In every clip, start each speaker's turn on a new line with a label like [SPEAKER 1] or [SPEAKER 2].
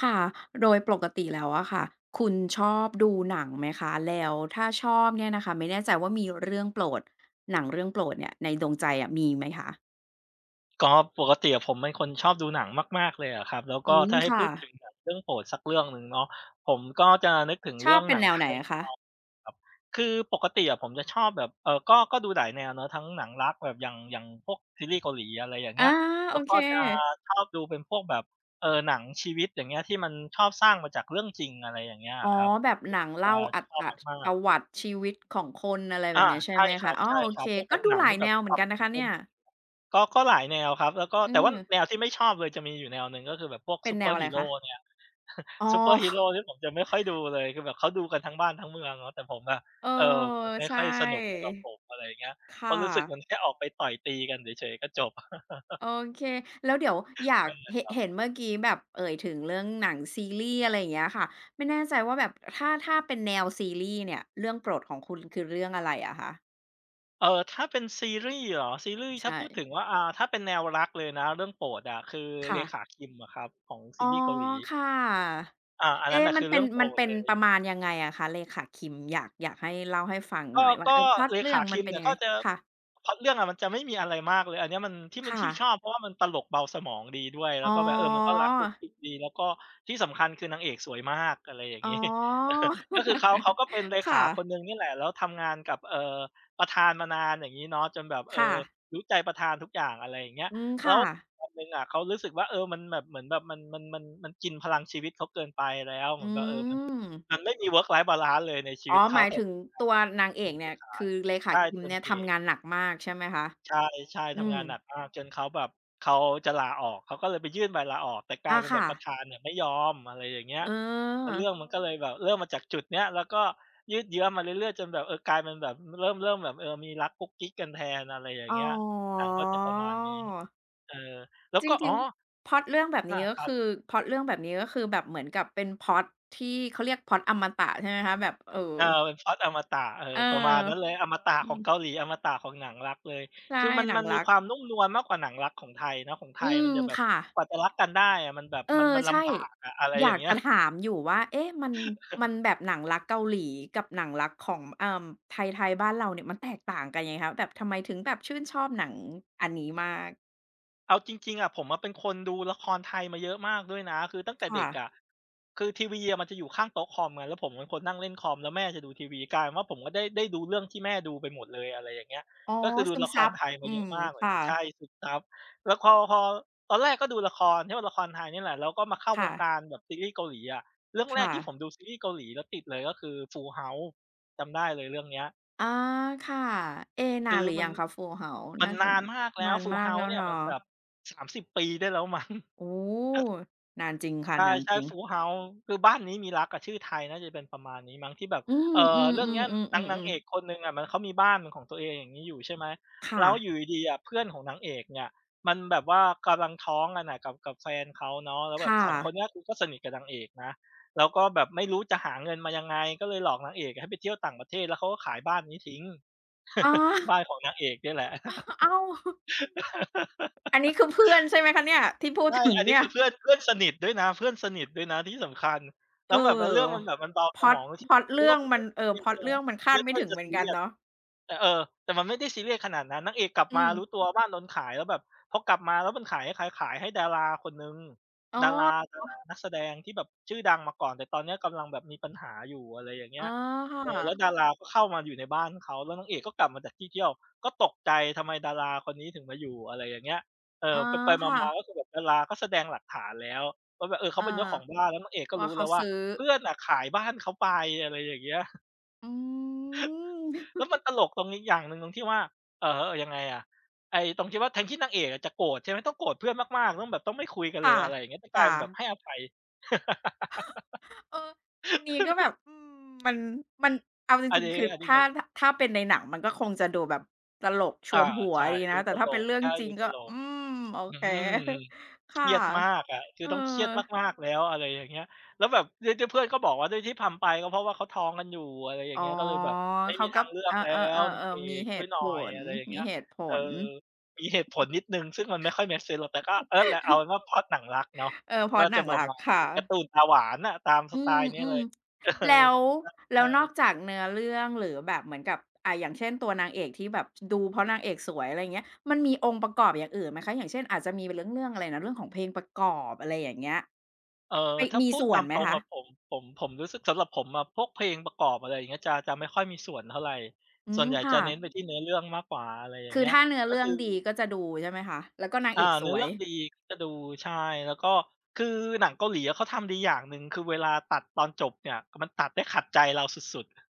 [SPEAKER 1] ค่ะโดยปกติแล้วอะค่ะคุณชอบดูหนังไหมคะแล้วถ้าชอบเนี่ยนะคะไม่แน่ใจว่ามีเรื่องโปรดหนังเรื่องโปรดเนี่ยในดวงใจอะมีไหมคะ
[SPEAKER 2] ก็ปกติอะผมเป็นคนชอบดูหนังมากๆเลยอะครับแล้วก็
[SPEAKER 1] อืม
[SPEAKER 2] ถ้าให้
[SPEAKER 1] ค่ะ
[SPEAKER 2] พูดถึงหนังเรื่องโปรดสักเรื่องหนึ่งเนาะผมก็จะนึกถึง
[SPEAKER 1] ชอ
[SPEAKER 2] เรื่อ
[SPEAKER 1] บ
[SPEAKER 2] ง
[SPEAKER 1] เป็
[SPEAKER 2] ห
[SPEAKER 1] น
[SPEAKER 2] นัง
[SPEAKER 1] แนว
[SPEAKER 2] ไท
[SPEAKER 1] ไหน
[SPEAKER 2] ย
[SPEAKER 1] อะคะ
[SPEAKER 2] ครับคือปกติอะผมจะชอบแบบก็ดูหลายแนวเนาะทั้งหนังรักแบบอย่างพวกซีรีส์เกาหลีอะไรอย่าง
[SPEAKER 1] อา
[SPEAKER 2] เงี้ย
[SPEAKER 1] โอ
[SPEAKER 2] แล้ว
[SPEAKER 1] เค
[SPEAKER 2] ก็จะชอบดูเป็นพวกแบบหนังชีวิตอย่างเงี้ยที่มันชอบสร้างมาจากเรื่องจริงอะไรอย่างเงี้ย
[SPEAKER 1] อ๋อ
[SPEAKER 2] อะครับ
[SPEAKER 1] แบบหนัง
[SPEAKER 2] จะ
[SPEAKER 1] เล่าอร
[SPEAKER 2] ชอบ
[SPEAKER 1] รถ
[SPEAKER 2] มา
[SPEAKER 1] ป
[SPEAKER 2] ก
[SPEAKER 1] ระวัติชีวิตของคนอะไร
[SPEAKER 2] ๆ
[SPEAKER 1] แบบ
[SPEAKER 2] อา
[SPEAKER 1] เนี้ยใช่
[SPEAKER 2] ใช่
[SPEAKER 1] ไหม
[SPEAKER 2] คร
[SPEAKER 1] คะอ๋อโอเค
[SPEAKER 2] ับๆพวกแบ
[SPEAKER 1] ก็
[SPEAKER 2] บ
[SPEAKER 1] ดู
[SPEAKER 2] หนัง
[SPEAKER 1] หลาย
[SPEAKER 2] ที่แบ
[SPEAKER 1] แน
[SPEAKER 2] บ
[SPEAKER 1] วเหมือนกั
[SPEAKER 2] ทำ
[SPEAKER 1] น
[SPEAKER 2] มา
[SPEAKER 1] นะ
[SPEAKER 2] จาก
[SPEAKER 1] คะ
[SPEAKER 2] เรื่
[SPEAKER 1] เนี่
[SPEAKER 2] อง
[SPEAKER 1] ย
[SPEAKER 2] จริง ก็หลายแนวครับแล้วก็
[SPEAKER 1] อื
[SPEAKER 2] แต่ว่าแน
[SPEAKER 1] ม
[SPEAKER 2] วที่ไม่ชอบเลยจะมีอยู่แนวหนึ่งก็คือแบบพวก
[SPEAKER 1] เป็
[SPEAKER 2] ซู
[SPEAKER 1] น
[SPEAKER 2] เป
[SPEAKER 1] แน
[SPEAKER 2] อ
[SPEAKER 1] ว
[SPEAKER 2] ร์
[SPEAKER 1] อะ
[SPEAKER 2] ฮี
[SPEAKER 1] ไร
[SPEAKER 2] โร
[SPEAKER 1] คะ
[SPEAKER 2] เนี่ย
[SPEAKER 1] อ๋อ
[SPEAKER 2] ซูเปอร์ฮีโรที่ผมจะไม่ค่อยดูเลยคือแบบเขาดูกันทั้งบ้านทั้งเมืองเนาะแต่ผมอะ
[SPEAKER 1] เออ
[SPEAKER 2] เออมันไม่
[SPEAKER 1] ใช่
[SPEAKER 2] ค่อยสนุกสำหรับผมอะไรอย่างเงี้ยเพราะ
[SPEAKER 1] ค่ะ
[SPEAKER 2] รู้สึกมันแค่ออกไปต่อยตีกันเฉยๆก็จบ
[SPEAKER 1] โอเค แล้วเดี๋ยวอยากเหน
[SPEAKER 2] เออ
[SPEAKER 1] เห็นเมื่อกี้แบบเอ่ยถึงเรื่องหนังซีรีส์อะไรอย่างเงี้ยค่ะ ไม่แน่ใจว่าแบบถ้าถ้าเป็นแนวซีรีส์เนี่ยเรื่องโปรดของคุณคือเรื่องอะไรอะคะ
[SPEAKER 2] เออถ้าเป็นซีรีส์เหรอซีรีส์ถ้า
[SPEAKER 1] ใช่
[SPEAKER 2] พูดถึงว่าถ้าเป็นแนวรักเลยนะเรื่องโปรดอะคือเร
[SPEAKER 1] ค่ะ
[SPEAKER 2] ขาคิมอะครับของซี
[SPEAKER 1] อ๋อ
[SPEAKER 2] รีส์เกาหลี
[SPEAKER 1] ค่ะ
[SPEAKER 2] อาอันนั้น
[SPEAKER 1] เอ๊ะ
[SPEAKER 2] น่ะ
[SPEAKER 1] มั
[SPEAKER 2] คื
[SPEAKER 1] น
[SPEAKER 2] อ
[SPEAKER 1] เป็
[SPEAKER 2] เรื่
[SPEAKER 1] น
[SPEAKER 2] องโปร
[SPEAKER 1] มัน
[SPEAKER 2] ด
[SPEAKER 1] เป็
[SPEAKER 2] เล
[SPEAKER 1] น
[SPEAKER 2] ย
[SPEAKER 1] ประมาณยังไงอะคะเลขาคิมอยากอยากให้เล่าให้ฟังห
[SPEAKER 2] ก็
[SPEAKER 1] น่อยว่า
[SPEAKER 2] ก็
[SPEAKER 1] พล็อต
[SPEAKER 2] เล
[SPEAKER 1] เรื่อ
[SPEAKER 2] ขา
[SPEAKER 1] งมั
[SPEAKER 2] คิ
[SPEAKER 1] น
[SPEAKER 2] ม
[SPEAKER 1] เป็น
[SPEAKER 2] เนี่ย
[SPEAKER 1] ยังไง
[SPEAKER 2] ก็จะ
[SPEAKER 1] ค่ะ
[SPEAKER 2] พล็อตเรื่องอะมันจะไม่มีอะไรมากเลยอันเนี้ยมันที่มัน
[SPEAKER 1] ค่ะ
[SPEAKER 2] ที่ชอบเพราะว่ามันตลกเบาสมองดีด้วยแล้
[SPEAKER 1] อ๋
[SPEAKER 2] วก็แบบเออมันก็
[SPEAKER 1] อ
[SPEAKER 2] รักกุ๊กกิ๊กดีแล้วก็ที่สำคัญคือนางเอกสวยมากอะไรอย่าง
[SPEAKER 1] อ๋อ
[SPEAKER 2] งี้ เออก็คือ เขาก็เป็นเลขา
[SPEAKER 1] ค่ะ
[SPEAKER 2] คนหนึ่งนี่แหละแล้วทำงานกับประธานมานานอย่างงี้เนาะจนแบบเอ
[SPEAKER 1] ค่ะ
[SPEAKER 2] อรู้ใจประธานทุกอย่างอะไรอย่างเงี้ย
[SPEAKER 1] อืม
[SPEAKER 2] แล้
[SPEAKER 1] ค่ะ
[SPEAKER 2] ววันหนึ่งอะเขารู้สึกว่าเออมันแบบเหมือนแบบมันกินพลังชีวิตเขาเกินไปแล้วเห
[SPEAKER 1] อื
[SPEAKER 2] มือนแบบเออมันมั
[SPEAKER 1] ม
[SPEAKER 2] นไม่มี work life balance เลยในชี
[SPEAKER 1] อ๋อ
[SPEAKER 2] วิต
[SPEAKER 1] ห
[SPEAKER 2] เขา
[SPEAKER 1] มาย
[SPEAKER 2] แต่
[SPEAKER 1] ถึ งตัวนางเอกเนี่ยคือเลขา
[SPEAKER 2] ใช่
[SPEAKER 1] คิม
[SPEAKER 2] ตัว
[SPEAKER 1] เนี่
[SPEAKER 2] นา
[SPEAKER 1] ย
[SPEAKER 2] งเอก
[SPEAKER 1] ทำงานหนักมากใช่ไหมคะ
[SPEAKER 2] ใช่ใช่
[SPEAKER 1] อื
[SPEAKER 2] ทำ
[SPEAKER 1] ม
[SPEAKER 2] งานหนักมากจนเขาแบบเขาจะลาออกเขาก็เลยไปยื่นใบลาออกแต่กลาย
[SPEAKER 1] อา
[SPEAKER 2] เป็นแบบ
[SPEAKER 1] ค่ะ
[SPEAKER 2] ประธานเนี่ยไม่ยอมอะไรอย่างเงี้ย
[SPEAKER 1] เออ
[SPEAKER 2] แล้วเรื่องมันก็เลยแบบเริ่มมาจากจุดเนี้ยแล้วก็ยืดเยื้อมาเรื่อยๆจนแบบเออกลายเป็นแบบเริ่มแบบเออมีรักกุ๊กกิ๊กกันแทนอะไรอย่าง
[SPEAKER 1] อ๋อ
[SPEAKER 2] เงี้ยหนังก็จะประมาณนี้เออแล้ว
[SPEAKER 1] จ
[SPEAKER 2] ก็
[SPEAKER 1] ริ
[SPEAKER 2] อ๋
[SPEAKER 1] ง
[SPEAKER 2] อ
[SPEAKER 1] ๆพล็อตเรื่องแบบ
[SPEAKER 2] อา
[SPEAKER 1] นี้ก็
[SPEAKER 2] ครับ
[SPEAKER 1] คือพล็อตเรื่องแบบนี้ก็คือแบบเหมือนกับเป็นพล็อตที่เขาเรียกพล็อตอมตะใช่ไหมคะแบบ
[SPEAKER 2] เออเป็นพล็อตอมตะเออ
[SPEAKER 1] เออ
[SPEAKER 2] ประมาณนั้นเลยอมตะ
[SPEAKER 1] อื
[SPEAKER 2] ของ
[SPEAKER 1] ม
[SPEAKER 2] เกาหลีอมตะของหนังรักเลยคื
[SPEAKER 1] ใช่
[SPEAKER 2] อมัน
[SPEAKER 1] หนั
[SPEAKER 2] มั
[SPEAKER 1] ง
[SPEAKER 2] นมี
[SPEAKER 1] รัก
[SPEAKER 2] ความนุ่มนวลมากกว่าหนังรักของไทยเนาะของไท
[SPEAKER 1] อื
[SPEAKER 2] ย
[SPEAKER 1] ม
[SPEAKER 2] มันจะแบบ
[SPEAKER 1] ค่ะ
[SPEAKER 2] กว่าจะรักกันได้อะมันแบบ
[SPEAKER 1] เอ
[SPEAKER 2] มัน
[SPEAKER 1] อ
[SPEAKER 2] มัน
[SPEAKER 1] ใช่
[SPEAKER 2] ลำบากอะอะไร
[SPEAKER 1] อ
[SPEAKER 2] อย่า
[SPEAKER 1] ยา
[SPEAKER 2] ง
[SPEAKER 1] ก
[SPEAKER 2] เงี้ย
[SPEAKER 1] จะถามอยู่ว่าเอ๊ะมันมันแบบหนังรักเกาหลีกับหนังรักของไทยๆบ้านเราเนี่ยมันแตกต่างกันยังไงคะแบบทำไมถึงแบบชื่นชอบหนังอันนี้มาก
[SPEAKER 2] เอาจริงๆอะผมอะเป็นคนดูละครไทยมาเยอะมากด้วยนะคือตั้งแต่เด็
[SPEAKER 1] ค่ะ
[SPEAKER 2] กอะคือทีวีอะมันจะอยู่ข้างโต๊ะคอมไงแล้วผมเป็นคนนั่งเล่นคอมแล้วแม่จะดูทีวีกลายเป็นว่าผมก็ได้ดูเรื่องที่แม่ดูไปหมดเลยอะไรอย่างเงี้ย
[SPEAKER 1] อ๋อ
[SPEAKER 2] ก็คือดู
[SPEAKER 1] ซึม
[SPEAKER 2] ละค
[SPEAKER 1] ซั
[SPEAKER 2] ร
[SPEAKER 1] บ
[SPEAKER 2] ไทยมา
[SPEAKER 1] อื
[SPEAKER 2] เยอะ
[SPEAKER 1] ม
[SPEAKER 2] มากเหมือน
[SPEAKER 1] ค่ะ
[SPEAKER 2] กันใช่ซึมซับแล้วพอตอนแรกก็ดูละครที่ว่าละครไทยนี่แหละแล้วก็มาเข้าวงการ
[SPEAKER 1] ค่ะ
[SPEAKER 2] แบบซีรีส์เกาหลีอะเรื่องแรก
[SPEAKER 1] ค่ะ
[SPEAKER 2] ที่ผมดูซีรีส์เกาหลีแล้วติดเลยก็คือ Full House จำได้เลยเรื่องเนี้ย
[SPEAKER 1] อาค่ะเอ๊นา
[SPEAKER 2] คื
[SPEAKER 1] น
[SPEAKER 2] อ
[SPEAKER 1] หรือ
[SPEAKER 2] มัน
[SPEAKER 1] ยังคะ Full House?
[SPEAKER 2] มัน
[SPEAKER 1] น่าจะ
[SPEAKER 2] นานมากแล้
[SPEAKER 1] นา
[SPEAKER 2] ว
[SPEAKER 1] น
[SPEAKER 2] Full
[SPEAKER 1] มากแล้
[SPEAKER 2] House
[SPEAKER 1] ว
[SPEAKER 2] เนี่ย
[SPEAKER 1] เนาะ
[SPEAKER 2] มันแบบ30 ปีได้แล้วมั้ง
[SPEAKER 1] โอ้นานจริงค่ะนาน
[SPEAKER 2] ใช่
[SPEAKER 1] จริง
[SPEAKER 2] ฟ Full House คือบ้านนี้มีรักอะชื่อไทยน่าจะเป็นประมาณนี้มั้งที่แบบ
[SPEAKER 1] อื
[SPEAKER 2] เอ่อเรื่องเนี้ย
[SPEAKER 1] มๆ
[SPEAKER 2] นาง
[SPEAKER 1] ๆ
[SPEAKER 2] นางเอ
[SPEAKER 1] ๆๆๆ
[SPEAKER 2] กคนหนึ่งอะมันเขามีบ้านเป็นของตัวเองอย่างงี้อยู่ใช่ไหม
[SPEAKER 1] ค่ะ
[SPEAKER 2] แล้วอยู่ดีๆอะเพื่อนของนางเอกเนี่ยมันแบบว่ากำลังท้องกันกับกับแฟนเขาเนาะแล้วแบบ
[SPEAKER 1] ค่ะ
[SPEAKER 2] สองคนเนี้ยคือก็สนิทกับนางเอกนะแล้วก็แบบไม่รู้จะหาเงินมายังไงก็เลยหลอกนางเอกอะให้ไปเที่ยวต่างประเทศแล้วเขาก็ขายบ้านนี้ทิ้ง
[SPEAKER 1] อ้า
[SPEAKER 2] บ้านของนางเอกเนี่ยแหละ
[SPEAKER 1] อ้าว อันนี้คือเพื่อนใช่ไหมคะเนี่ยที่พูด
[SPEAKER 2] ใช่
[SPEAKER 1] ถึง
[SPEAKER 2] อันนี้
[SPEAKER 1] เนี่ย
[SPEAKER 2] คือเพื่อนเพื่อนสนิทด้วยนะเพื่อนสนิทด้วยนะที่สำคัญ แล้
[SPEAKER 1] เอ
[SPEAKER 2] วแบบว่าเรื่องมัน
[SPEAKER 1] อ
[SPEAKER 2] แบบมันเบา
[SPEAKER 1] พ
[SPEAKER 2] ส
[SPEAKER 1] ล็อ
[SPEAKER 2] ม
[SPEAKER 1] ต
[SPEAKER 2] องที่
[SPEAKER 1] พล็อต
[SPEAKER 2] นึก
[SPEAKER 1] เรื่อ
[SPEAKER 2] ว่า
[SPEAKER 1] ง
[SPEAKER 2] เป็น
[SPEAKER 1] มั
[SPEAKER 2] เรื่
[SPEAKER 1] น
[SPEAKER 2] องซีเรีย
[SPEAKER 1] พ
[SPEAKER 2] ส
[SPEAKER 1] ล็อตเรื่องมัน
[SPEAKER 2] ใช่
[SPEAKER 1] คา
[SPEAKER 2] ไหม
[SPEAKER 1] ด
[SPEAKER 2] มัน
[SPEAKER 1] ไม่
[SPEAKER 2] ก็
[SPEAKER 1] ถึง
[SPEAKER 2] จะ
[SPEAKER 1] เหมือ
[SPEAKER 2] ซี
[SPEAKER 1] นกั
[SPEAKER 2] เรี
[SPEAKER 1] น
[SPEAKER 2] ยส
[SPEAKER 1] เนาะ
[SPEAKER 2] แต่แต่มันไม่ได้ซีเรียสขนาดนั้นนางเอกกลับ
[SPEAKER 1] อื
[SPEAKER 2] มา
[SPEAKER 1] ม
[SPEAKER 2] รู้ตัวบ้านโดนขายแล้วแบบพอกลับมาแล้วมันขายให้ใครขายให้ดาราคนหนึ่ง
[SPEAKER 1] อ๋อ
[SPEAKER 2] ดารานักแสดงที่แบบชื่อดังมาก่อนแต่ตอนเนี้ยกำลังแบบมีปัญหาอยู่อะไรอย่างเงี้
[SPEAKER 1] อ๋
[SPEAKER 2] ย
[SPEAKER 1] อค
[SPEAKER 2] เออแล้ว
[SPEAKER 1] ่ะ
[SPEAKER 2] ดาราก็เข้ามาอยู่ในบ้านเขาแล้วนางเอกก็กลับมาจากที่เที่ยวก็ตกใจทำไมดาราคนนี้ถึงมาอยู่อะไรอย่างเงี้ยเออ
[SPEAKER 1] อ๋อ
[SPEAKER 2] ไปๆ
[SPEAKER 1] ค่ะ
[SPEAKER 2] มาๆก็คือแบบดาราก็แสดงหลักฐานแล้วว่าแบบเออเขาเป็
[SPEAKER 1] อา
[SPEAKER 2] นเจ้าของบ้านแล้วนางเอกก็
[SPEAKER 1] ว่า
[SPEAKER 2] รู้แล้
[SPEAKER 1] เขา
[SPEAKER 2] วว่า
[SPEAKER 1] ซื้อ
[SPEAKER 2] เพื่อนน่ะขายบ้านเขาไปอะไรอย่างเงี้ย
[SPEAKER 1] อืม
[SPEAKER 2] แล้วมันตลกตรงนี้อย่างหนึ่งตรงที่ว่า เอ่อยังไงอะไอ้ตรงที่ว่าแทนที่นางเอกอะจะโกรธใช่ไหมต้องโกรธเพื่อนมากๆต้องแบบต้องไม่คุยกันเลย
[SPEAKER 1] ค่ะ
[SPEAKER 2] อะไรอย่างเงี้ยแต่
[SPEAKER 1] ค
[SPEAKER 2] กลายเป็นแบบให้
[SPEAKER 1] ่ะ
[SPEAKER 2] อภัย
[SPEAKER 1] เอออันนี้ก็แบบอืมมันมันเอาจริงๆคือ
[SPEAKER 2] อันนี้
[SPEAKER 1] ถ้า
[SPEAKER 2] มัน
[SPEAKER 1] ถถ้าเป็นในหนังมันก็คงจะดูแบบตลกช
[SPEAKER 2] อา
[SPEAKER 1] วนหัว
[SPEAKER 2] ใช่
[SPEAKER 1] ดี
[SPEAKER 2] ดู
[SPEAKER 1] นะ
[SPEAKER 2] ต
[SPEAKER 1] แต่
[SPEAKER 2] ล
[SPEAKER 1] ถ้าเป็น
[SPEAKER 2] ก
[SPEAKER 1] เรื่อง
[SPEAKER 2] ใช่
[SPEAKER 1] จริ
[SPEAKER 2] ดู
[SPEAKER 1] ง
[SPEAKER 2] ต
[SPEAKER 1] ก็
[SPEAKER 2] ลก
[SPEAKER 1] อืมโอ
[SPEAKER 2] อื
[SPEAKER 1] เค
[SPEAKER 2] ม เค
[SPEAKER 1] ค่ะ
[SPEAKER 2] รียดมากอะคื
[SPEAKER 1] เอ
[SPEAKER 2] อ
[SPEAKER 1] อ
[SPEAKER 2] ต้องเครียดมากๆแล้วอะไรอย่างเงี้ยแล้วแบบด้วยเพื่อนก็บอกว่าด้วยที่ทำไปก็เพราะว่าเขาท้องกันอยู่อะไรอย่าง
[SPEAKER 1] อ๋อ
[SPEAKER 2] เงี้ยก็เลยแบบไม่
[SPEAKER 1] เขา
[SPEAKER 2] มี
[SPEAKER 1] ก็
[SPEAKER 2] ทางเลือ
[SPEAKER 1] เอ
[SPEAKER 2] ก
[SPEAKER 1] อ
[SPEAKER 2] แล้วนางเอ
[SPEAKER 1] ๆๆๆมี
[SPEAKER 2] ก
[SPEAKER 1] เห
[SPEAKER 2] ช่วย
[SPEAKER 1] ตุ
[SPEAKER 2] หน่
[SPEAKER 1] ผ
[SPEAKER 2] อย
[SPEAKER 1] ล
[SPEAKER 2] อะไรอย่าง
[SPEAKER 1] มี
[SPEAKER 2] เงี้ย
[SPEAKER 1] เหตุผ
[SPEAKER 2] เออ
[SPEAKER 1] ล
[SPEAKER 2] มีเหตุผลนิดหนึ่งซึ่งมันไม่ค่อย make sense หรอกแต่ก็เออแหละเอาเป็นว่าพล็อตหนังรักเนาะ
[SPEAKER 1] เออเพ
[SPEAKER 2] ก็
[SPEAKER 1] ราะหนั
[SPEAKER 2] จะ
[SPEAKER 1] ง
[SPEAKER 2] ป
[SPEAKER 1] รั
[SPEAKER 2] ระ
[SPEAKER 1] ก
[SPEAKER 2] มาณ
[SPEAKER 1] ค่ะ
[SPEAKER 2] นี้การ์ตูนตาหวานน่ะตามส
[SPEAKER 1] อื
[SPEAKER 2] ไตล์นี้เล
[SPEAKER 1] ม
[SPEAKER 2] ย เอ
[SPEAKER 1] ๆ
[SPEAKER 2] อ
[SPEAKER 1] แล้วแล้ว
[SPEAKER 2] ใช่
[SPEAKER 1] นอกจากเนื้อเรื่องหรือแบบเหมือนกับอ่าอย่างเช่นตัวนางเอกที่แบบดูเพราะนางเอกสวยอะไรอย่างเงี้ยมันมีองค์ประกอบอย่างอื่นไหมคะอย่างเช่นอาจจะมีเรื่องเรื่องอะไรนะเรื่องของเพลงประกอบอะไรอย่างเงี้ย
[SPEAKER 2] เอ่อ
[SPEAKER 1] ไป
[SPEAKER 2] ถ้า
[SPEAKER 1] มี
[SPEAKER 2] พูด
[SPEAKER 1] ส่ว
[SPEAKER 2] ตา
[SPEAKER 1] น
[SPEAKER 2] ม
[SPEAKER 1] ไหม
[SPEAKER 2] ตรง
[SPEAKER 1] คะ
[SPEAKER 2] อะผมรู้สึกสำหรับผมอะพวกเพลงประกอบอะไรอย่างเงี้ยจะไม่ค่อยมีส่วนเท่าไร
[SPEAKER 1] อื
[SPEAKER 2] ส่ว
[SPEAKER 1] ม
[SPEAKER 2] นใหญ่จะ
[SPEAKER 1] ค่ะ
[SPEAKER 2] เน้นไปที่เนื้อเรื่องมากกว่าอะไรอย่าง
[SPEAKER 1] คือ
[SPEAKER 2] เงี้ย
[SPEAKER 1] ถ้าเนื้อ
[SPEAKER 2] ก็
[SPEAKER 1] เรื่อ
[SPEAKER 2] คื
[SPEAKER 1] ง
[SPEAKER 2] อ
[SPEAKER 1] ดีก็จะดูใช่ไหมคะแล้วก็นาง
[SPEAKER 2] อ่า
[SPEAKER 1] เอกส
[SPEAKER 2] เนื้อ
[SPEAKER 1] วย
[SPEAKER 2] เรื่องดีก็จะดูใช่แล้วก็คือหนังเกาหลีอะเขาทำดีอย่างหนึ่งคือเวลาตัดตอนจบเนี่ยมันตัดได้ขัดใจเราสุดๆ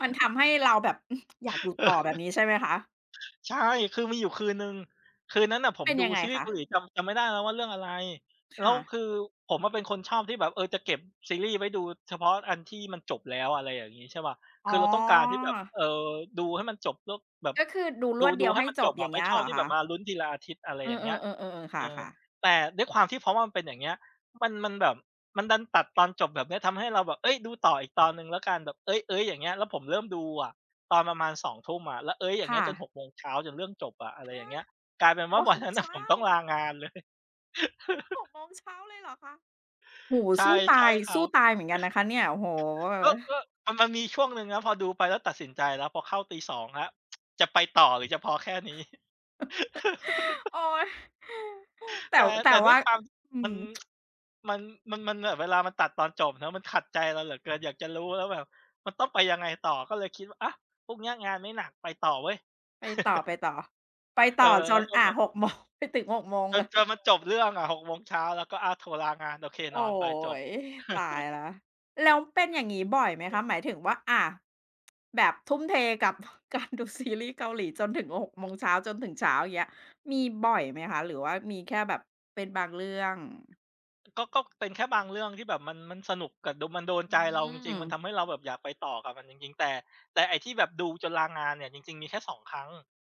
[SPEAKER 1] มันทำให้เราแบบอยากดูต่อแบบนี้ใช่ไหมคะ
[SPEAKER 2] ใช่คือมีอยู่คืนหนึ่งคืนนั้นน่ะผม
[SPEAKER 1] เป็น
[SPEAKER 2] ดู
[SPEAKER 1] ยังไง
[SPEAKER 2] ซีรีส์
[SPEAKER 1] คะ
[SPEAKER 2] เกาหลีจำไม่ได้แล้วว่าเรื่องอะไรแล้ว
[SPEAKER 1] ค่ะ
[SPEAKER 2] คือผมอะเป็นคนชอบที่แบบเออจะเก็บซีรีส์ไว้ดูเฉพาะอันที่มันจบแล้วอะไรอย่างงี้ใช่เปล่า
[SPEAKER 1] อ๋
[SPEAKER 2] คือเราต้องการที่
[SPEAKER 1] อ
[SPEAKER 2] แบบดูให้มันจบแล้วแบบ
[SPEAKER 1] ก็คือดูรวด
[SPEAKER 2] ดู
[SPEAKER 1] เดียว
[SPEAKER 2] ให้
[SPEAKER 1] ให้
[SPEAKER 2] มัน
[SPEAKER 1] จ
[SPEAKER 2] จบ
[SPEAKER 1] บอ
[SPEAKER 2] อะ
[SPEAKER 1] ย่าง
[SPEAKER 2] ไม่
[SPEAKER 1] เงี้ย
[SPEAKER 2] ชอบ
[SPEAKER 1] เหรอ
[SPEAKER 2] ที่แบบ
[SPEAKER 1] คะ
[SPEAKER 2] มาลุ้นทีละอาทิตย์อะไร
[SPEAKER 1] เอ
[SPEAKER 2] อย่างเงี้ย
[SPEAKER 1] อๆๆๆๆค
[SPEAKER 2] เออ
[SPEAKER 1] ่ะๆ
[SPEAKER 2] แต่ด้วยความที่เพราะว่ามันเป็นอย่างเงี้ยมันมันแบบมันดันตัดตอนจบแบบเนี้ยทำให้เราแบบเฮ้ยดูต่ออีกตอนหนึ่งแล้วกันแบบเอ๊ยๆอย่างเงี้ยแล้วผมเริ่มดูอะ ตอนประมาณ2ทุ่มอะแล้วเอ๊ยอย่างเงี้ย
[SPEAKER 1] ค่ะ
[SPEAKER 2] จน6โมงเช้าจนเรื่องจบอะอะไรอย่า
[SPEAKER 1] ฮะ
[SPEAKER 2] งเงี้ยกลาย
[SPEAKER 1] ห
[SPEAKER 2] เป็น
[SPEAKER 1] ก
[SPEAKER 2] ว่า วั
[SPEAKER 1] โม
[SPEAKER 2] น
[SPEAKER 1] ง
[SPEAKER 2] นั้นน่ะผ
[SPEAKER 1] เช้า
[SPEAKER 2] มต้องลางานเลย
[SPEAKER 1] หก6มงเช้าเลยเหรอคะโอ้โฮ
[SPEAKER 2] ใช่
[SPEAKER 1] สู้
[SPEAKER 2] ใช่
[SPEAKER 1] ตาย
[SPEAKER 2] ครั
[SPEAKER 1] สู้ตา
[SPEAKER 2] บ
[SPEAKER 1] ยเหมือนกันนะคะเนี่ยโอ้โฮ
[SPEAKER 2] ก็มันมีช่วงหนึ่งนะพอดูไปแล้วตัดสินใจแล้วพอเข้าตี2แล้วจะไปต่อหรือจะพอแค่นี้
[SPEAKER 1] โอ๊ยแต่
[SPEAKER 2] แต่
[SPEAKER 1] แต่
[SPEAKER 2] แต่ด้วย
[SPEAKER 1] ว่า
[SPEAKER 2] ความ
[SPEAKER 1] อื
[SPEAKER 2] มัน
[SPEAKER 1] ม
[SPEAKER 2] มันมันแบบเวลามันตัดตอนจบเนาะมันขัดใจเราเหลือเกินอยากจะรู้แล้วแบบมันต้องไปยังไงต่อก็เลยคิดว่าอะพรุ่งเนี้ยงานไม่หนักไปต่อเว้ย
[SPEAKER 1] ไปต่อๆไป
[SPEAKER 2] เออ
[SPEAKER 1] ต่อจ
[SPEAKER 2] แล้ว
[SPEAKER 1] น
[SPEAKER 2] ก็
[SPEAKER 1] อ่า6โมงไปถึง6โมงเล
[SPEAKER 2] จ
[SPEAKER 1] ย
[SPEAKER 2] นมันจบเรื่องอะหกโมงเช้าแล้วก็อาโทรลางานโอเคนอ
[SPEAKER 1] โอ๊
[SPEAKER 2] นไปจบ
[SPEAKER 1] ยตาย แล้วแล้วเป็นอย่างงี้บ่อยไหมคะหมายถึงว่าอ่าแบบทุ่มเทกับ การดูซีรีส์เกาหลีจนถึง6โมงเช้าจนถึงเช้าอย่างเงี้ยมีบ่อยไหมคะหรือว่ามีแค่แบบเป็นบางเรื่อง
[SPEAKER 2] ก็เป็นแค่บางเรื่องที่แบบมันสนุกกับโดน
[SPEAKER 1] อื
[SPEAKER 2] ใจเราจริงๆมันทำ
[SPEAKER 1] ม
[SPEAKER 2] ให้เราแบบอยากไปต่อกับมันจริงๆแต่แต่ไอ้ที่แบบดูจนลางานเนี่ยจริงๆมีแค่สองครั้ง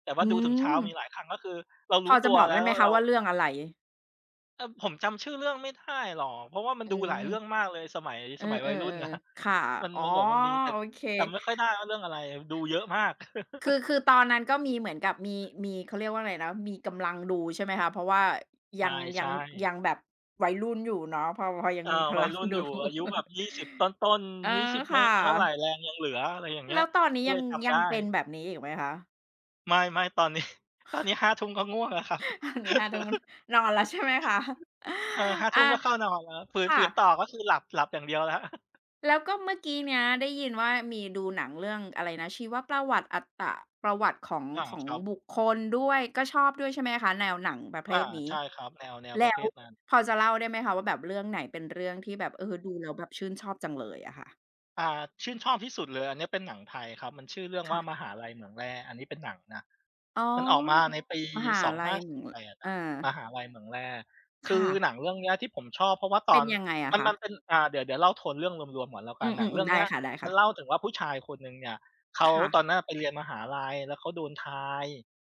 [SPEAKER 2] แต่ว่า
[SPEAKER 1] อื
[SPEAKER 2] ดูถึง
[SPEAKER 1] ม
[SPEAKER 2] เช้ามีหลายครั้งก็คือเรา
[SPEAKER 1] พ
[SPEAKER 2] รู้
[SPEAKER 1] อจะ
[SPEAKER 2] ตัว
[SPEAKER 1] บอก
[SPEAKER 2] แล้
[SPEAKER 1] ได้
[SPEAKER 2] ว
[SPEAKER 1] ไหมคะ
[SPEAKER 2] เรา
[SPEAKER 1] ว่าเรื่องอะไร
[SPEAKER 2] เออผมจำชื่อเรื่องไม่ได้หรอกเพราะว่ามัน
[SPEAKER 1] อื
[SPEAKER 2] ดูห
[SPEAKER 1] ม
[SPEAKER 2] ลายเรื่องมากเลย
[SPEAKER 1] เอ
[SPEAKER 2] สมัย
[SPEAKER 1] อ
[SPEAKER 2] วัยรุ่นอะ
[SPEAKER 1] ๆๆค่ะ
[SPEAKER 2] มัน
[SPEAKER 1] อ๋อ
[SPEAKER 2] มันแบบมันมีแต่
[SPEAKER 1] โอเค
[SPEAKER 2] จำไม่ค่อยได้ว่าเรื่องอะไรดูเยอะมาก
[SPEAKER 1] คือคือตอนนั้นก็มีเหมือนกับมีมีเขาเรียกว่าอะไรนะมีกำลังดูใช่ไหมคะเพราะว่ายัง ยัง
[SPEAKER 2] ใช่
[SPEAKER 1] ยัง
[SPEAKER 2] ๆ
[SPEAKER 1] แบบวัยรุ่นอยู่เนาะพอพอยัง
[SPEAKER 2] อา
[SPEAKER 1] มีพ
[SPEAKER 2] วัย
[SPEAKER 1] ลัง
[SPEAKER 2] รุ่นอ
[SPEAKER 1] ดู
[SPEAKER 2] ยู่อายุแบบ20ต้น
[SPEAKER 1] เออ
[SPEAKER 2] ๆ20ไม่
[SPEAKER 1] ค่ะ
[SPEAKER 2] เท่าไรแรงยังเหลืออะไรอย่างเงี้
[SPEAKER 1] แล้
[SPEAKER 2] ย
[SPEAKER 1] วตอนนี้
[SPEAKER 2] ก็เล
[SPEAKER 1] ยัง
[SPEAKER 2] ยทำ
[SPEAKER 1] ยัง
[SPEAKER 2] ได้
[SPEAKER 1] เป็นแบบนี้อีกไหมคะ
[SPEAKER 2] ไม่ๆตอนนี้ ตอนนี้ห้าทุ่มก็ง่วงแล้วครับ
[SPEAKER 1] อันนี้5ทุ่ม นอนแล้วใช่ไหมคะ
[SPEAKER 2] เออห้าทุ่ม
[SPEAKER 1] อา
[SPEAKER 2] ก็เข้านอนแล้วฝื
[SPEAKER 1] ค่ะ
[SPEAKER 2] นต่อก็คือหลับอย่างเดียวแล้ว
[SPEAKER 1] แล้วก็เมื่อกี้เนี้ยได้ยินว่ามีดูหนังเรื่องอะไรนะชีวประวัติอัตประวัติของ
[SPEAKER 2] อา
[SPEAKER 1] ของ
[SPEAKER 2] ครับ
[SPEAKER 1] บุคคลด้วยก็ชอบด้วยใช่ไหมคะแนวหนังประเภ
[SPEAKER 2] อา
[SPEAKER 1] ทนี้
[SPEAKER 2] ใช่ครับแนวประ
[SPEAKER 1] แล้
[SPEAKER 2] เภ
[SPEAKER 1] ว
[SPEAKER 2] ทนั้น
[SPEAKER 1] พอจะเล่าได้ไหมคะว่าแบบเรื่องไหนเป็นเรื่องที่แบบดูแล้วแบบชื่นชอบจังเลยอะค่ะ
[SPEAKER 2] อ่าชื่นชอบที่สุดเลยอันเนี้ยเป็นหนังไทยครับมันชื่อเรื่องว่าม
[SPEAKER 1] ค่ะ
[SPEAKER 2] หาลัยเหมืองแร่อันนี้เป็นหนังนะ
[SPEAKER 1] อ๋อ
[SPEAKER 2] มันออกมาในปี
[SPEAKER 1] มหาลัยเหมือง
[SPEAKER 2] 2548องห้าสี่แปด
[SPEAKER 1] เอ
[SPEAKER 2] อะ
[SPEAKER 1] อ
[SPEAKER 2] มหาลัยเหมืองแร่คือ
[SPEAKER 1] ค่ะ
[SPEAKER 2] หนังเรื่องเนี้ยที่ผมชอบเพราะว่าต
[SPEAKER 1] เป็
[SPEAKER 2] อ
[SPEAKER 1] น
[SPEAKER 2] น
[SPEAKER 1] ยังไงอะ
[SPEAKER 2] มัน
[SPEAKER 1] คะ
[SPEAKER 2] มันเป็นเดี๋ยวเล่าโทนเรื่องรวมๆก่อนแล้ว
[SPEAKER 1] อื
[SPEAKER 2] กันหนังเรื่
[SPEAKER 1] มๆ
[SPEAKER 2] อ
[SPEAKER 1] ๆ
[SPEAKER 2] ง
[SPEAKER 1] ได้
[SPEAKER 2] เนี้ย
[SPEAKER 1] ค
[SPEAKER 2] มันเล่า
[SPEAKER 1] ่ะ
[SPEAKER 2] ถึงว่าผู้ชายคนหนึ่งเนี่ยเขา
[SPEAKER 1] ๆค่ะ
[SPEAKER 2] ตอนนั้นไปเรียนมหาลัยแล้วเขาโดนทาย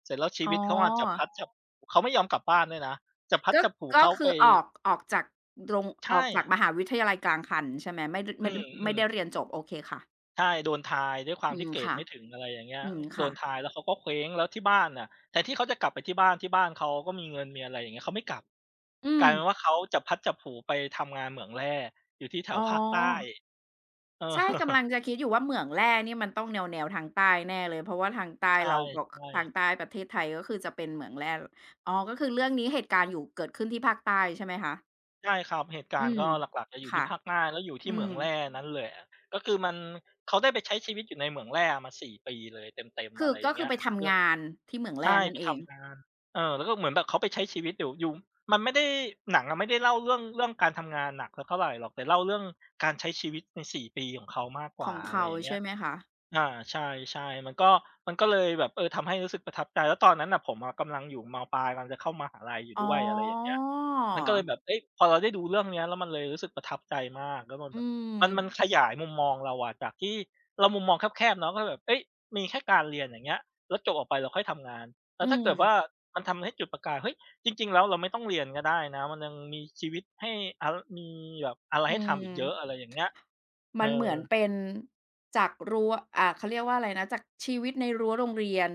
[SPEAKER 2] เสร็จแล้วชี
[SPEAKER 1] อ๋อ
[SPEAKER 2] วิตเขาอะจับพลัดจับเขาไม่ยอมกลับบ้านด้วยนะจับพลัด
[SPEAKER 1] ก็
[SPEAKER 2] จับผลู
[SPEAKER 1] ก็
[SPEAKER 2] เขา
[SPEAKER 1] คื
[SPEAKER 2] ไป
[SPEAKER 1] อออกออกจากโรงออ
[SPEAKER 2] ใช่
[SPEAKER 1] กจากมหาวิทยาลัยกลางคันใช่ไหมไม่ด
[SPEAKER 2] อื
[SPEAKER 1] ไม่ดไม่
[SPEAKER 2] ม
[SPEAKER 1] ได้
[SPEAKER 2] ๆ
[SPEAKER 1] เรียนจบ โอเคค่ะ
[SPEAKER 2] ใช่โดนทายด้วยความ
[SPEAKER 1] อื
[SPEAKER 2] ที่
[SPEAKER 1] ม
[SPEAKER 2] เกรด
[SPEAKER 1] ค่ะ
[SPEAKER 2] ไม่ถึงอะไรอย่างเงี้ย
[SPEAKER 1] อืม
[SPEAKER 2] โด
[SPEAKER 1] ค่ะ
[SPEAKER 2] นทายแล้วเขาก็เคว้งแล้วที่บ้านน่ะแทนที่เขาจะกลับไปที่บ้านเขาก็มีเงินมีอะไรอย่างเงี้ยเขาไม่กลับ
[SPEAKER 1] อื
[SPEAKER 2] กลา
[SPEAKER 1] ม
[SPEAKER 2] ยเป็นว่าเขาจับพลัดจับผลูไปทำงานเหมืองแร่อยู่ที่แถ
[SPEAKER 1] อ๋
[SPEAKER 2] ว
[SPEAKER 1] อ
[SPEAKER 2] ภาคใต้เออ
[SPEAKER 1] ใช่กำ ลังจะคิดอยู่ว่าเหมืองแร่นี่มันต้องแนวๆทางใต้แน่เลยเพราะว่าทางใต้
[SPEAKER 2] ใช่
[SPEAKER 1] เราก็ทาง
[SPEAKER 2] ๆ
[SPEAKER 1] ใต้ประเทศไทยก็คือจะเป็นเหมืองแร่อ๋อก็คือเรื่องนี้เหตุการณ์อยู่เกิดขึ้นที่ภาคใต้ใช่ไหมคะ
[SPEAKER 2] ใช่ครับเหตุกา
[SPEAKER 1] อื
[SPEAKER 2] รณ์
[SPEAKER 1] ม
[SPEAKER 2] ก็หลักๆจะอยู่ที่
[SPEAKER 1] ค่ะ
[SPEAKER 2] ภาคใต้แล้วอยู่
[SPEAKER 1] อื
[SPEAKER 2] ที่เหมือ
[SPEAKER 1] ม
[SPEAKER 2] งแร่นั้นเลยอะก็คือมันเขาได้ไปใช้ชีวิตอยู่ในเหมืองแร่มา4 ปีเลยเต็มๆ
[SPEAKER 1] คื
[SPEAKER 2] อะ
[SPEAKER 1] อ
[SPEAKER 2] ไรอ
[SPEAKER 1] ก็
[SPEAKER 2] ย่าง
[SPEAKER 1] คื
[SPEAKER 2] เงี้
[SPEAKER 1] อ
[SPEAKER 2] ย
[SPEAKER 1] ไป
[SPEAKER 2] เริ่
[SPEAKER 1] ทำ
[SPEAKER 2] ม
[SPEAKER 1] งานที่เหมืองแร่
[SPEAKER 2] ใช่
[SPEAKER 1] นั่
[SPEAKER 2] ไป
[SPEAKER 1] นเอง
[SPEAKER 2] ทำงานเออแล้วก็เหมือนแบบเขาไปใช้ชีวิตอยู่มันไม่ได้หนังอะไม่ได้เล่าเรื่องการทำงานหนักสักเท่าไรหรอกแต่เล่าเรื่องการใช้ชีวิตใน4ปีของเขามากก
[SPEAKER 1] ข
[SPEAKER 2] ว่า
[SPEAKER 1] อง
[SPEAKER 2] อะไร
[SPEAKER 1] เขา
[SPEAKER 2] อย่างเงี้ย
[SPEAKER 1] ใช่ไหมคะ
[SPEAKER 2] อาใช่ๆมันก็มันก็เลยแบบเออทำให้รู้สึกประทับใจแล้วตอนนั้นน่ะผมอะกำลังอยู่มปลายกำลังจะเข้ามหาลัยอยู่
[SPEAKER 1] อ๋อ
[SPEAKER 2] ด้วยอะไรอย่างเงี้ยมันก็เลยแบบเฮ้ยพอเราได้ดูเรื่องเนี้ยแล้วมันเลยรู้สึกประทับใจมากแล้วมัน
[SPEAKER 1] อื
[SPEAKER 2] แบบมัน
[SPEAKER 1] ม
[SPEAKER 2] ขยายมุมมองเราอะจากที่เรามุมมองแคบๆเนาะก็แบบเฮ้ยมีแค่การเรียนอย่างเงี้ยแล้วจบออกไปเราค่อยทำงานแล้
[SPEAKER 1] อื
[SPEAKER 2] วถ้า
[SPEAKER 1] ม
[SPEAKER 2] เกิดว่ามันทำให้จุดประกายเฮ้ยจริงๆแล้วเราไม่ต้องเรียนก็ได้นะมันยังมีชีวิตให้อามีแบบอะไร
[SPEAKER 1] อื
[SPEAKER 2] ให้ทำอีกเยอะอะ
[SPEAKER 1] ม
[SPEAKER 2] ไรอย่างเงี้ยเอ
[SPEAKER 1] มันเห
[SPEAKER 2] อ
[SPEAKER 1] มือนเป็นจากรั้วเขาเรียกว่าอะไรนะจากชีวิตในรั้วโรงเรียน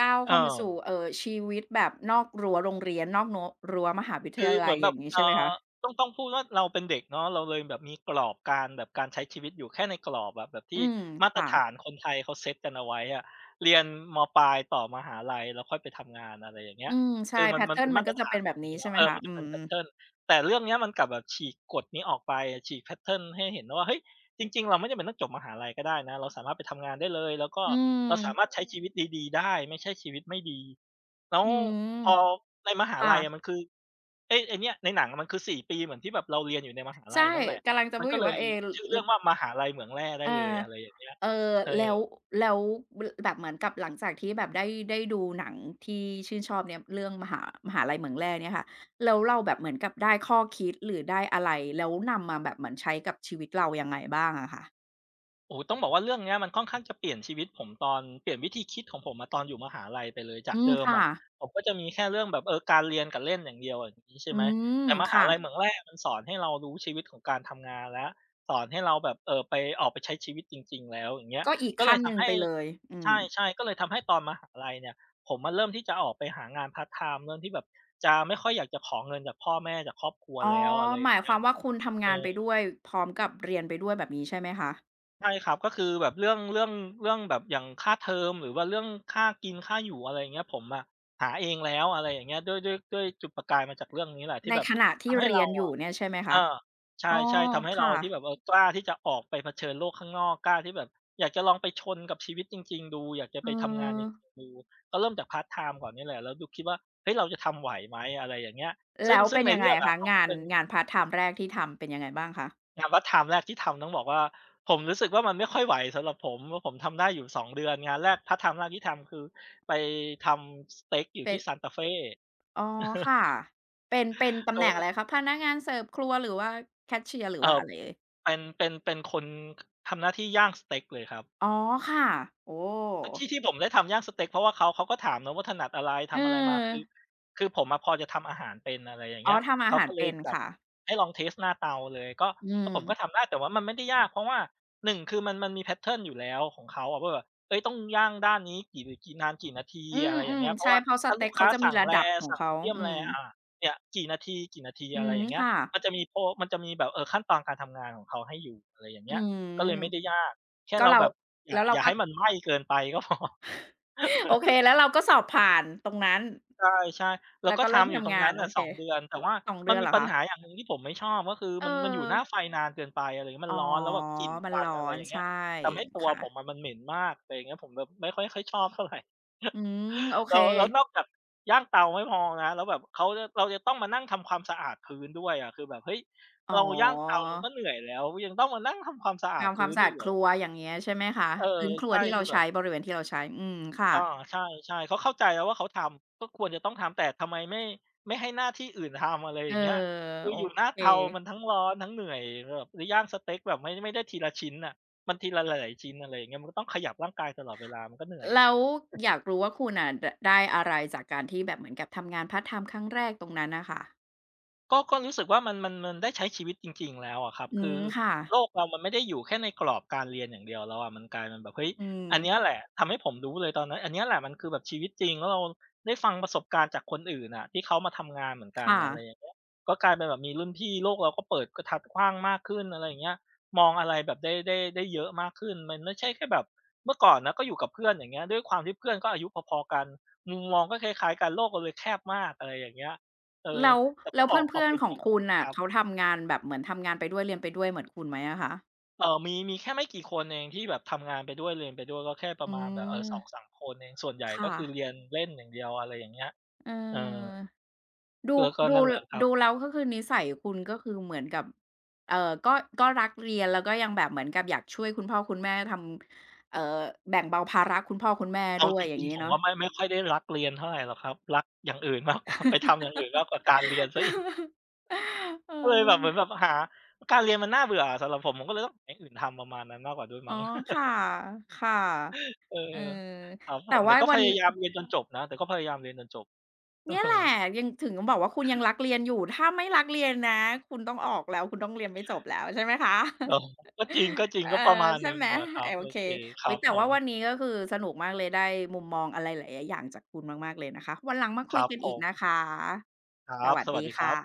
[SPEAKER 1] ก้าว
[SPEAKER 2] เออ
[SPEAKER 1] เข้ามาสู่ชีวิตแบบนอกรั้วโรงเรียนนอกโน้รั้วมหาวิท
[SPEAKER 2] คือ
[SPEAKER 1] ยา
[SPEAKER 2] เห
[SPEAKER 1] ลั
[SPEAKER 2] มื
[SPEAKER 1] ย
[SPEAKER 2] อน
[SPEAKER 1] อ
[SPEAKER 2] แบบ
[SPEAKER 1] ย่างงี้ใช่ไหมคะ
[SPEAKER 2] ต้องพูดว่าเราเป็นเด็กเนาะเราเลยแบบมีกรอบการแบบการใช้ชีวิตอยู่แค่ในกรอบอะแบบ
[SPEAKER 1] อื
[SPEAKER 2] ที่
[SPEAKER 1] ม
[SPEAKER 2] มาตร
[SPEAKER 1] ค่ะ
[SPEAKER 2] ฐานคนไทยเขาเซตกันเอาไว้อะเรียนมปลายต่อมหาลัยแล้วค่อยไปทำงานอะไรอย่างเงี้
[SPEAKER 1] อื
[SPEAKER 2] ย
[SPEAKER 1] มใช่
[SPEAKER 2] คือ
[SPEAKER 1] แพต
[SPEAKER 2] มัน
[SPEAKER 1] เทิร์
[SPEAKER 2] เป็
[SPEAKER 1] น
[SPEAKER 2] น
[SPEAKER 1] มั
[SPEAKER 2] มา
[SPEAKER 1] น
[SPEAKER 2] ต
[SPEAKER 1] ก็
[SPEAKER 2] ร
[SPEAKER 1] จะ
[SPEAKER 2] ฐาน
[SPEAKER 1] เป็น
[SPEAKER 2] แบ
[SPEAKER 1] แบบ
[SPEAKER 2] บ
[SPEAKER 1] นี้
[SPEAKER 2] นี้
[SPEAKER 1] ใช่
[SPEAKER 2] เนาะ
[SPEAKER 1] ไหม
[SPEAKER 2] เออ
[SPEAKER 1] คะ
[SPEAKER 2] มัน
[SPEAKER 1] อื
[SPEAKER 2] จะเป็
[SPEAKER 1] ม
[SPEAKER 2] นแพตเทิร์นแต่เรื่องเนี้ยมันกลับแบบฉีกกฎนี้ออกไปฉีกแพตเทิร์นให้เห็นว่าเฮ้ยจริงๆเราไม่จำเป็นต้องจบมหาลัยก็ได้นะเราสามารถไปทำงานได้เลยแล้วก็
[SPEAKER 1] อื
[SPEAKER 2] เราสา
[SPEAKER 1] ม
[SPEAKER 2] มารถใช้ชีวิตดีๆได้ไม่ใช่ชีวิตไม่ดีแล้ว
[SPEAKER 1] อื
[SPEAKER 2] พอ
[SPEAKER 1] ม
[SPEAKER 2] ในมหา
[SPEAKER 1] ค่ะ
[SPEAKER 2] ลัยอะมันคือเอ้ไอ้เนี่ยในหนังอะมันคือ4ปีเหมือนที่แบบเราเรียนอยู่ในมหาลั
[SPEAKER 1] ใช่
[SPEAKER 2] ยนั่นแหละ
[SPEAKER 1] กำลังจะ
[SPEAKER 2] มัน
[SPEAKER 1] พูด
[SPEAKER 2] ก็
[SPEAKER 1] อ
[SPEAKER 2] เล
[SPEAKER 1] ยู่
[SPEAKER 2] ย
[SPEAKER 1] ว่าเอล
[SPEAKER 2] ชื่อเรื่
[SPEAKER 1] ลึ
[SPEAKER 2] อง
[SPEAKER 1] บ
[SPEAKER 2] ว่ามหาลัยเหมืองแร่ได้
[SPEAKER 1] เอ
[SPEAKER 2] เลย
[SPEAKER 1] อ
[SPEAKER 2] อะไรอย่างเงี้ย
[SPEAKER 1] เออ
[SPEAKER 2] เออ
[SPEAKER 1] แล้วแล้วแบบเหมือนกับหลังจากที่แบบได้ได้ดูหนังที่ชื่นชอบเนี่ยเรื่องมหามหาลัยเหมืองแร่เนี่ยค่ะแล้วเราแบบเหมือนกับได้ข้อคิดหรือได้อะไรแล้วนำมาแบบเหมือนใช้กับชีวิตเรายังไงบ้างอะคะ
[SPEAKER 2] โอ้โฮต้องบอกว่าเรื่องเนี้ยมันค่อนข้างจะเปลี่ยนชีวิตผมตอนเปลี่ยนวิธีคิดของผมอะตอนอยู่มหาลัยไปเลยจา
[SPEAKER 1] อื
[SPEAKER 2] ก
[SPEAKER 1] ม
[SPEAKER 2] เดิม
[SPEAKER 1] ค่ะ
[SPEAKER 2] อะผมก็จะมีแค่เรื่องแบบเออการเรียนกับเล่นอย่างเดียวอย่างงี้ใช่
[SPEAKER 1] อื
[SPEAKER 2] ไหม
[SPEAKER 1] ม
[SPEAKER 2] แต่มหา
[SPEAKER 1] ค่ะ
[SPEAKER 2] ลัยเหมืองแรกมันสอนให้เรารู้ชีวิตของการทำงานแล้วสอนให้เราแบบไปออกไปใช้ชีวิตจริงๆแล้วอย่างเงี้ย
[SPEAKER 1] ก็อีก
[SPEAKER 2] ก็เลย
[SPEAKER 1] ขั้นหนึ่
[SPEAKER 2] ทำ
[SPEAKER 1] ง
[SPEAKER 2] ให้
[SPEAKER 1] ไปเลยอื
[SPEAKER 2] ใ
[SPEAKER 1] ม
[SPEAKER 2] ช่ๆก็เลยทำให้ตอนมหาลัยเนี่ยผมอะเริ่มที่จะออกไปหางานพาร์ตไทม์เริ่มที่แบบจะไม่ค่อยอยากจะขอเงินจากพ่อแม่จากครอบครัว
[SPEAKER 1] อ๋อ
[SPEAKER 2] แล้วอะไรอ
[SPEAKER 1] ห
[SPEAKER 2] ย่า
[SPEAKER 1] มา
[SPEAKER 2] ง
[SPEAKER 1] ยค
[SPEAKER 2] เงี้ย
[SPEAKER 1] วามว่าคุณทำ
[SPEAKER 2] เอ
[SPEAKER 1] งานไป
[SPEAKER 2] อ
[SPEAKER 1] ด้วยพร้อมกับเรียนไปด้วยแบบนี้ใช่ไหมคะ
[SPEAKER 2] ใช่ครับก็คือแบบเรื่องแบบอย่างค่าเทอมหรือว่าเรื่องค่ากินค่าอยู่อะไรอย่างเงี้ยผมอะหาเองแล้วอะไรอย่างเงี้ยด้วยจุดประกายมาจากเรื่องนี้แหละที่
[SPEAKER 1] ใน
[SPEAKER 2] แบบ
[SPEAKER 1] ขณะที่
[SPEAKER 2] ทำให้
[SPEAKER 1] เรีย
[SPEAKER 2] เรา
[SPEAKER 1] นอยู่
[SPEAKER 2] อะ
[SPEAKER 1] เนี่ยใช่ไหม
[SPEAKER 2] อา
[SPEAKER 1] คะอ๋อ
[SPEAKER 2] ใช่ๆทำให้เรา
[SPEAKER 1] ค่ะ
[SPEAKER 2] ที่แบบเออกล้าที่จะออกไปเผชิญโลกข้างนอกกล้าที่แบบอยากจะลองไปชนกับชีวิตจริงๆดูอยากจะ
[SPEAKER 1] เอ
[SPEAKER 2] ไป
[SPEAKER 1] อ
[SPEAKER 2] ทำงานจริงๆดูก็เริ่มจากพาร์ตไทม์ก่อนนี่แหละแล้วดูคิดว่าเฮ้ยเราจะทำไหวไหมอะไรอย่างเงี้ยซึ่ง
[SPEAKER 1] แล้ว
[SPEAKER 2] ซึ่ง
[SPEAKER 1] เป็น
[SPEAKER 2] ใน
[SPEAKER 1] ยังไง
[SPEAKER 2] เรื่องอะ
[SPEAKER 1] คะ
[SPEAKER 2] เขาก็
[SPEAKER 1] งาน
[SPEAKER 2] เป็น
[SPEAKER 1] งานพาร์ตไทม์แรกที่ทำเป็นยังไงบ้างคะ
[SPEAKER 2] งานพาร์ตไทม์แรกที่ทำต้องบอกว่าผมรู้สึกว่ามันไม่ค่อยไหวสำหรับผมเพราะผมทำได้อยู่2 เดือนงานแรกพาร์ตไทม์แรกที่ทำคือไปทำสเต็กอยู่
[SPEAKER 1] เป็
[SPEAKER 2] ที่
[SPEAKER 1] น
[SPEAKER 2] ซานตาเฟ
[SPEAKER 1] อ๋อค่ะเป็นเป็นตำ
[SPEAKER 2] เอ
[SPEAKER 1] แหน่งอะไร
[SPEAKER 2] อ
[SPEAKER 1] คะพนักงานเสิร์ฟครัวหรือว่าแคชเชียร์หรือ
[SPEAKER 2] เอ่
[SPEAKER 1] ว่า
[SPEAKER 2] อ
[SPEAKER 1] อะไรเอ่ย
[SPEAKER 2] เป็นคนทำหน้าที่ย่างสเต็กเลยครับ
[SPEAKER 1] อ๋อค่ะโอ้
[SPEAKER 2] เอที่ที่ผมได้ทำย่างสเต็กเพราะว่าเขาก็ถามเนาะว่าถนัดอะไร
[SPEAKER 1] เอ
[SPEAKER 2] ทำอะไรมา
[SPEAKER 1] อ
[SPEAKER 2] คือผมอะพอจะทำอาหารเป็นอะไรอย่าง
[SPEAKER 1] อ๋
[SPEAKER 2] เงี้
[SPEAKER 1] อ
[SPEAKER 2] ย
[SPEAKER 1] ทำอา
[SPEAKER 2] เขา
[SPEAKER 1] หาร
[SPEAKER 2] ก็เลย
[SPEAKER 1] เป็น
[SPEAKER 2] จับ
[SPEAKER 1] ค่ะ
[SPEAKER 2] ให้ลองเทสต์หน้าเตาเลยก็
[SPEAKER 1] อื
[SPEAKER 2] ก็
[SPEAKER 1] ม
[SPEAKER 2] ผมก็ทำได้แต่ว่ามันไม่ได้ยากเพราะว่าหนึ่งคือมันมีแพตเทิร์นอยู่แล้วของเขาอะว่าแบบเฮ้ยต้องย่างด้านนี้กี่นานกี่นาที
[SPEAKER 1] อื
[SPEAKER 2] อะไรอย่าง
[SPEAKER 1] ม
[SPEAKER 2] เงี้ยเพ
[SPEAKER 1] ๆ
[SPEAKER 2] ราะ
[SPEAKER 1] ใช่
[SPEAKER 2] ว่า
[SPEAKER 1] เพราะส
[SPEAKER 2] ถ้าลู
[SPEAKER 1] เต็ก
[SPEAKER 2] ก
[SPEAKER 1] เขา
[SPEAKER 2] ค้า
[SPEAKER 1] จะมี
[SPEAKER 2] สั่ง
[SPEAKER 1] ระดับ
[SPEAKER 2] Rare
[SPEAKER 1] ของ
[SPEAKER 2] สั่ง
[SPEAKER 1] เขา
[SPEAKER 2] Medium
[SPEAKER 1] อืม
[SPEAKER 2] Rare เนี่ยกี่นาทีกี่นาที
[SPEAKER 1] อื
[SPEAKER 2] อะไรอ
[SPEAKER 1] ม
[SPEAKER 2] ย่างเงี้ย
[SPEAKER 1] ค่ะ
[SPEAKER 2] มันจะมีโปรมันจะมีแบบขั้นตอนการทำงานของเขาให้อยู่อะไรอย่าง
[SPEAKER 1] อื
[SPEAKER 2] เงี้ย
[SPEAKER 1] ม
[SPEAKER 2] ก็เลยไม่ได้ยากแค่
[SPEAKER 1] ก็
[SPEAKER 2] เรา
[SPEAKER 1] เรา
[SPEAKER 2] แบบ อย่า
[SPEAKER 1] แล้ว
[SPEAKER 2] อ
[SPEAKER 1] เรา
[SPEAKER 2] ย่า
[SPEAKER 1] ก็
[SPEAKER 2] ให้มันไหม้เกินไปก็พอ
[SPEAKER 1] โอเคแล้วเราก็สอบผ่านตรงนั้น
[SPEAKER 2] ใช่ๆแล้ว
[SPEAKER 1] แล้ว
[SPEAKER 2] ก็
[SPEAKER 1] ก็เริ่ม
[SPEAKER 2] ทำอยู่ตร
[SPEAKER 1] ทำ
[SPEAKER 2] ง
[SPEAKER 1] งา
[SPEAKER 2] นั้
[SPEAKER 1] น
[SPEAKER 2] น
[SPEAKER 1] โอ
[SPEAKER 2] น่ะ
[SPEAKER 1] เค
[SPEAKER 2] สองเดือนแต่ว่า
[SPEAKER 1] สอง
[SPEAKER 2] มั
[SPEAKER 1] เดื
[SPEAKER 2] น
[SPEAKER 1] อน
[SPEAKER 2] มี
[SPEAKER 1] เหรอ
[SPEAKER 2] ปัญ
[SPEAKER 1] คะ
[SPEAKER 2] หาอย่างหนึ่งที่ผมไม่ชอบก็คือ
[SPEAKER 1] เอ
[SPEAKER 2] มันอยู่
[SPEAKER 1] อ
[SPEAKER 2] หน้าไฟนานเกินไปอะไรอย่างเงี้ยมั
[SPEAKER 1] อ๋
[SPEAKER 2] น
[SPEAKER 1] อ
[SPEAKER 2] ร้อนแล้วแบบกลิ่น
[SPEAKER 1] มั
[SPEAKER 2] ค
[SPEAKER 1] น
[SPEAKER 2] วัน
[SPEAKER 1] ร้อ
[SPEAKER 2] อะไรอ
[SPEAKER 1] น
[SPEAKER 2] ย่างเงี้ย
[SPEAKER 1] ใช่
[SPEAKER 2] ทำให้ตัว
[SPEAKER 1] ค่ะ
[SPEAKER 2] ผมอะมันเหม็นมากอะไรอย่างเงี้ยผมแบบไม่ค่อยค่อยชอบเท่าไร
[SPEAKER 1] อื มโอเค
[SPEAKER 2] แล้วนอกจากย่างเตาไม่พอนะแล้วแบบเราจะต้องมานั่งทำความสะอาดพื้นด้วยอะคือแบบเฮ้ย
[SPEAKER 1] อ๋อ
[SPEAKER 2] เราย่างเตามันก็เหนื่อยแล้วยังต้องมานั่งทำความสะอาด
[SPEAKER 1] ทำควา
[SPEAKER 2] พื้
[SPEAKER 1] ม
[SPEAKER 2] น
[SPEAKER 1] สะอา
[SPEAKER 2] อี
[SPEAKER 1] ด
[SPEAKER 2] กเหร
[SPEAKER 1] ค
[SPEAKER 2] อ
[SPEAKER 1] รัวอย่างเงี้ยใช่ไหมคะ
[SPEAKER 2] เออ
[SPEAKER 1] พื้นครัว
[SPEAKER 2] ใช่
[SPEAKER 1] ที่เรา
[SPEAKER 2] คือแบบ
[SPEAKER 1] ใช้บริเวณที่เราใช้อืมค่ะ
[SPEAKER 2] อาใช่ๆเขาเข้าใจแล้วว่าเขาทำก็ควรจะต้องทำแต่ทำไมไม่ให้หน้าที่อื่นทำอะไรอ
[SPEAKER 1] เออ
[SPEAKER 2] ย่างเงี้ยคือ
[SPEAKER 1] โอ
[SPEAKER 2] อยู่หน้า
[SPEAKER 1] เค
[SPEAKER 2] เตามันทั้งร้อนทั้งเหนื่อยแบบจะย่างสเต็กแบบไม่ได้ทีละชิ้นน่ะมันทีละหลายๆชิ้นอะไรอย่างเงี้ยมันก็ต้องขยับร่างกายตลอดเวลามันก็เหนื่อย
[SPEAKER 1] แล้วอยากรู้ว่าคุณน่ะดได้อะไรจากการที่แบบเหมือนกับทำงานพาร์ตไทม์ครั้งแรกตรงนั้นน่ะค่ะ
[SPEAKER 2] ก็รู้สึกว่ามันได้ใช้ชีวิตจริงๆแล้วอะครับ
[SPEAKER 1] อื
[SPEAKER 2] คือ
[SPEAKER 1] มค่ะ
[SPEAKER 2] โลกเรามันไม่ได้อยู่แค่ในกรอบการเรียนอย่างเดียวแล้วอะมันกลายเป็นแบบเฮ้ย
[SPEAKER 1] อืม
[SPEAKER 2] อันเนี้ยแหละทำให้ผมรู้เลยตอนนั้นอันเนี้ยแหละมันคือแบบชีวิตจริงแล้วเราได้ฟังประสบการณ์จากคนอื่นอะที่เขามาทำงานเหมือนกัน
[SPEAKER 1] ค่ะ
[SPEAKER 2] อะไรอย่างเงี้ยก็กลายเป็นแบบมีรุ่นพี่โลกเราก็เปิดกระทัดกว้างมากขึ้นอะไรอย่างเงี้ยมองอะไรแบบได้เยอะมากขึ้นมันไม่ใช่แค่แบบเมื่อก่อนนะก็อยู่กับเพื่อนอย่างเงี้ยด้วยความที่เพื่อนก็อายุพอๆกันมุมมองก็คล้ายๆกันโลกเราเลยแคบมากอะไรอย่างเงี้ยเออ
[SPEAKER 1] แล้ว
[SPEAKER 2] แต่พ
[SPEAKER 1] แล้
[SPEAKER 2] อ
[SPEAKER 1] วเ
[SPEAKER 2] ออกออ
[SPEAKER 1] พื่
[SPEAKER 2] ก
[SPEAKER 1] อน
[SPEAKER 2] ไป
[SPEAKER 1] ๆของ
[SPEAKER 2] เนี่ย
[SPEAKER 1] คุณน่ะ
[SPEAKER 2] ครับ
[SPEAKER 1] เขาทำงานแบบเหมือนทำงานไปด้วยเรียนไปด้วยเหมือนคุณไหมอะคะ
[SPEAKER 2] มีแค่ไม่กี่คนเองที่แบบทำงานไปด้วยเรียนไปด้วยก็แค่ป
[SPEAKER 1] อื
[SPEAKER 2] ระมาณแบบสอง
[SPEAKER 1] ม
[SPEAKER 2] สามคนเองส่วนใหญ่ก็
[SPEAKER 1] ค่ะ
[SPEAKER 2] คือเรียนเล่นอย่างเดียวอะไรอย่างเงี้ย
[SPEAKER 1] เออ
[SPEAKER 2] เออ
[SPEAKER 1] ดู
[SPEAKER 2] แล้วก็
[SPEAKER 1] ดู
[SPEAKER 2] นั่นแหละครับ
[SPEAKER 1] ดูแล้วก็คือนิสัยคุณก็คือเหมือนกับก็ก็รักเรียนแล้วก็ยังแบบเหมือนกับอยากช่วยคุณพ่อคุณแม่ทำแบ่งเบาภาระคุณพ่อคุณแม่
[SPEAKER 2] เอา
[SPEAKER 1] ด้ว
[SPEAKER 2] จ
[SPEAKER 1] ยอย่า
[SPEAKER 2] ริ
[SPEAKER 1] ง
[SPEAKER 2] งๆ
[SPEAKER 1] งี้
[SPEAKER 2] ผม
[SPEAKER 1] เนาะ
[SPEAKER 2] ก็ไม่ค่อยได้รักเรียนเท่าไรหรอกครับรักอย่างอื่นมากกว่าไปทำอย่างอื่นมากกว่าการเรียนเสียอีก
[SPEAKER 1] เอ
[SPEAKER 2] ก็เลยแบบเหมือน
[SPEAKER 1] อ
[SPEAKER 2] แบบหาการเรียนมันน่าเบื่ออะสำหรับผมผมก็เลยต้องหาอย่างอื่นทำประมาณนั้นมากกว่าด้วย
[SPEAKER 1] อ๋อ
[SPEAKER 2] มั้ง
[SPEAKER 1] ค่ะค่ะ
[SPEAKER 2] เอ
[SPEAKER 1] เออ
[SPEAKER 2] อครับผ
[SPEAKER 1] แต่
[SPEAKER 2] มแต่
[SPEAKER 1] ว่า
[SPEAKER 2] ก็
[SPEAKER 1] วั
[SPEAKER 2] พ
[SPEAKER 1] นนี้
[SPEAKER 2] ยายามเรียนจนจบนะแต่ก็พยายามเรียนจนจบ ออ
[SPEAKER 1] เนี่ย
[SPEAKER 2] ฮึ
[SPEAKER 1] แหละยังถึงบอกว่าคุณยังรักเรียนอยู่ถ้าไม่รักเรียนนะคุณต้องออกแล้วคุณต้องเรียนไม่จบแล้วใช่ไหมคะ
[SPEAKER 2] เออก็จริงก็จ ริง
[SPEAKER 1] เออ
[SPEAKER 2] ก็ประมาณห
[SPEAKER 1] ใช่
[SPEAKER 2] นึ่ง
[SPEAKER 1] ไหม
[SPEAKER 2] อะครั
[SPEAKER 1] เอ
[SPEAKER 2] บ
[SPEAKER 1] อโอ
[SPEAKER 2] โอ
[SPEAKER 1] เค
[SPEAKER 2] เคค
[SPEAKER 1] อุ๊
[SPEAKER 2] รั
[SPEAKER 1] ย
[SPEAKER 2] บ
[SPEAKER 1] แต่
[SPEAKER 2] ผ
[SPEAKER 1] ว่า
[SPEAKER 2] ม
[SPEAKER 1] วันนี้ก็คือสนุกมากเลยได้มุมมองอะไรหลายๆอย่างจากคุณมากๆเลยนะคะวันหลังมา
[SPEAKER 2] ค
[SPEAKER 1] คุย
[SPEAKER 2] รับ
[SPEAKER 1] กัน
[SPEAKER 2] ผ
[SPEAKER 1] อีกนะ
[SPEAKER 2] ม
[SPEAKER 1] คะ
[SPEAKER 2] ค
[SPEAKER 1] ส
[SPEAKER 2] รับ
[SPEAKER 1] วัส
[SPEAKER 2] สวัส
[SPEAKER 1] ดี
[SPEAKER 2] ดีครั
[SPEAKER 1] ค่ะ
[SPEAKER 2] บ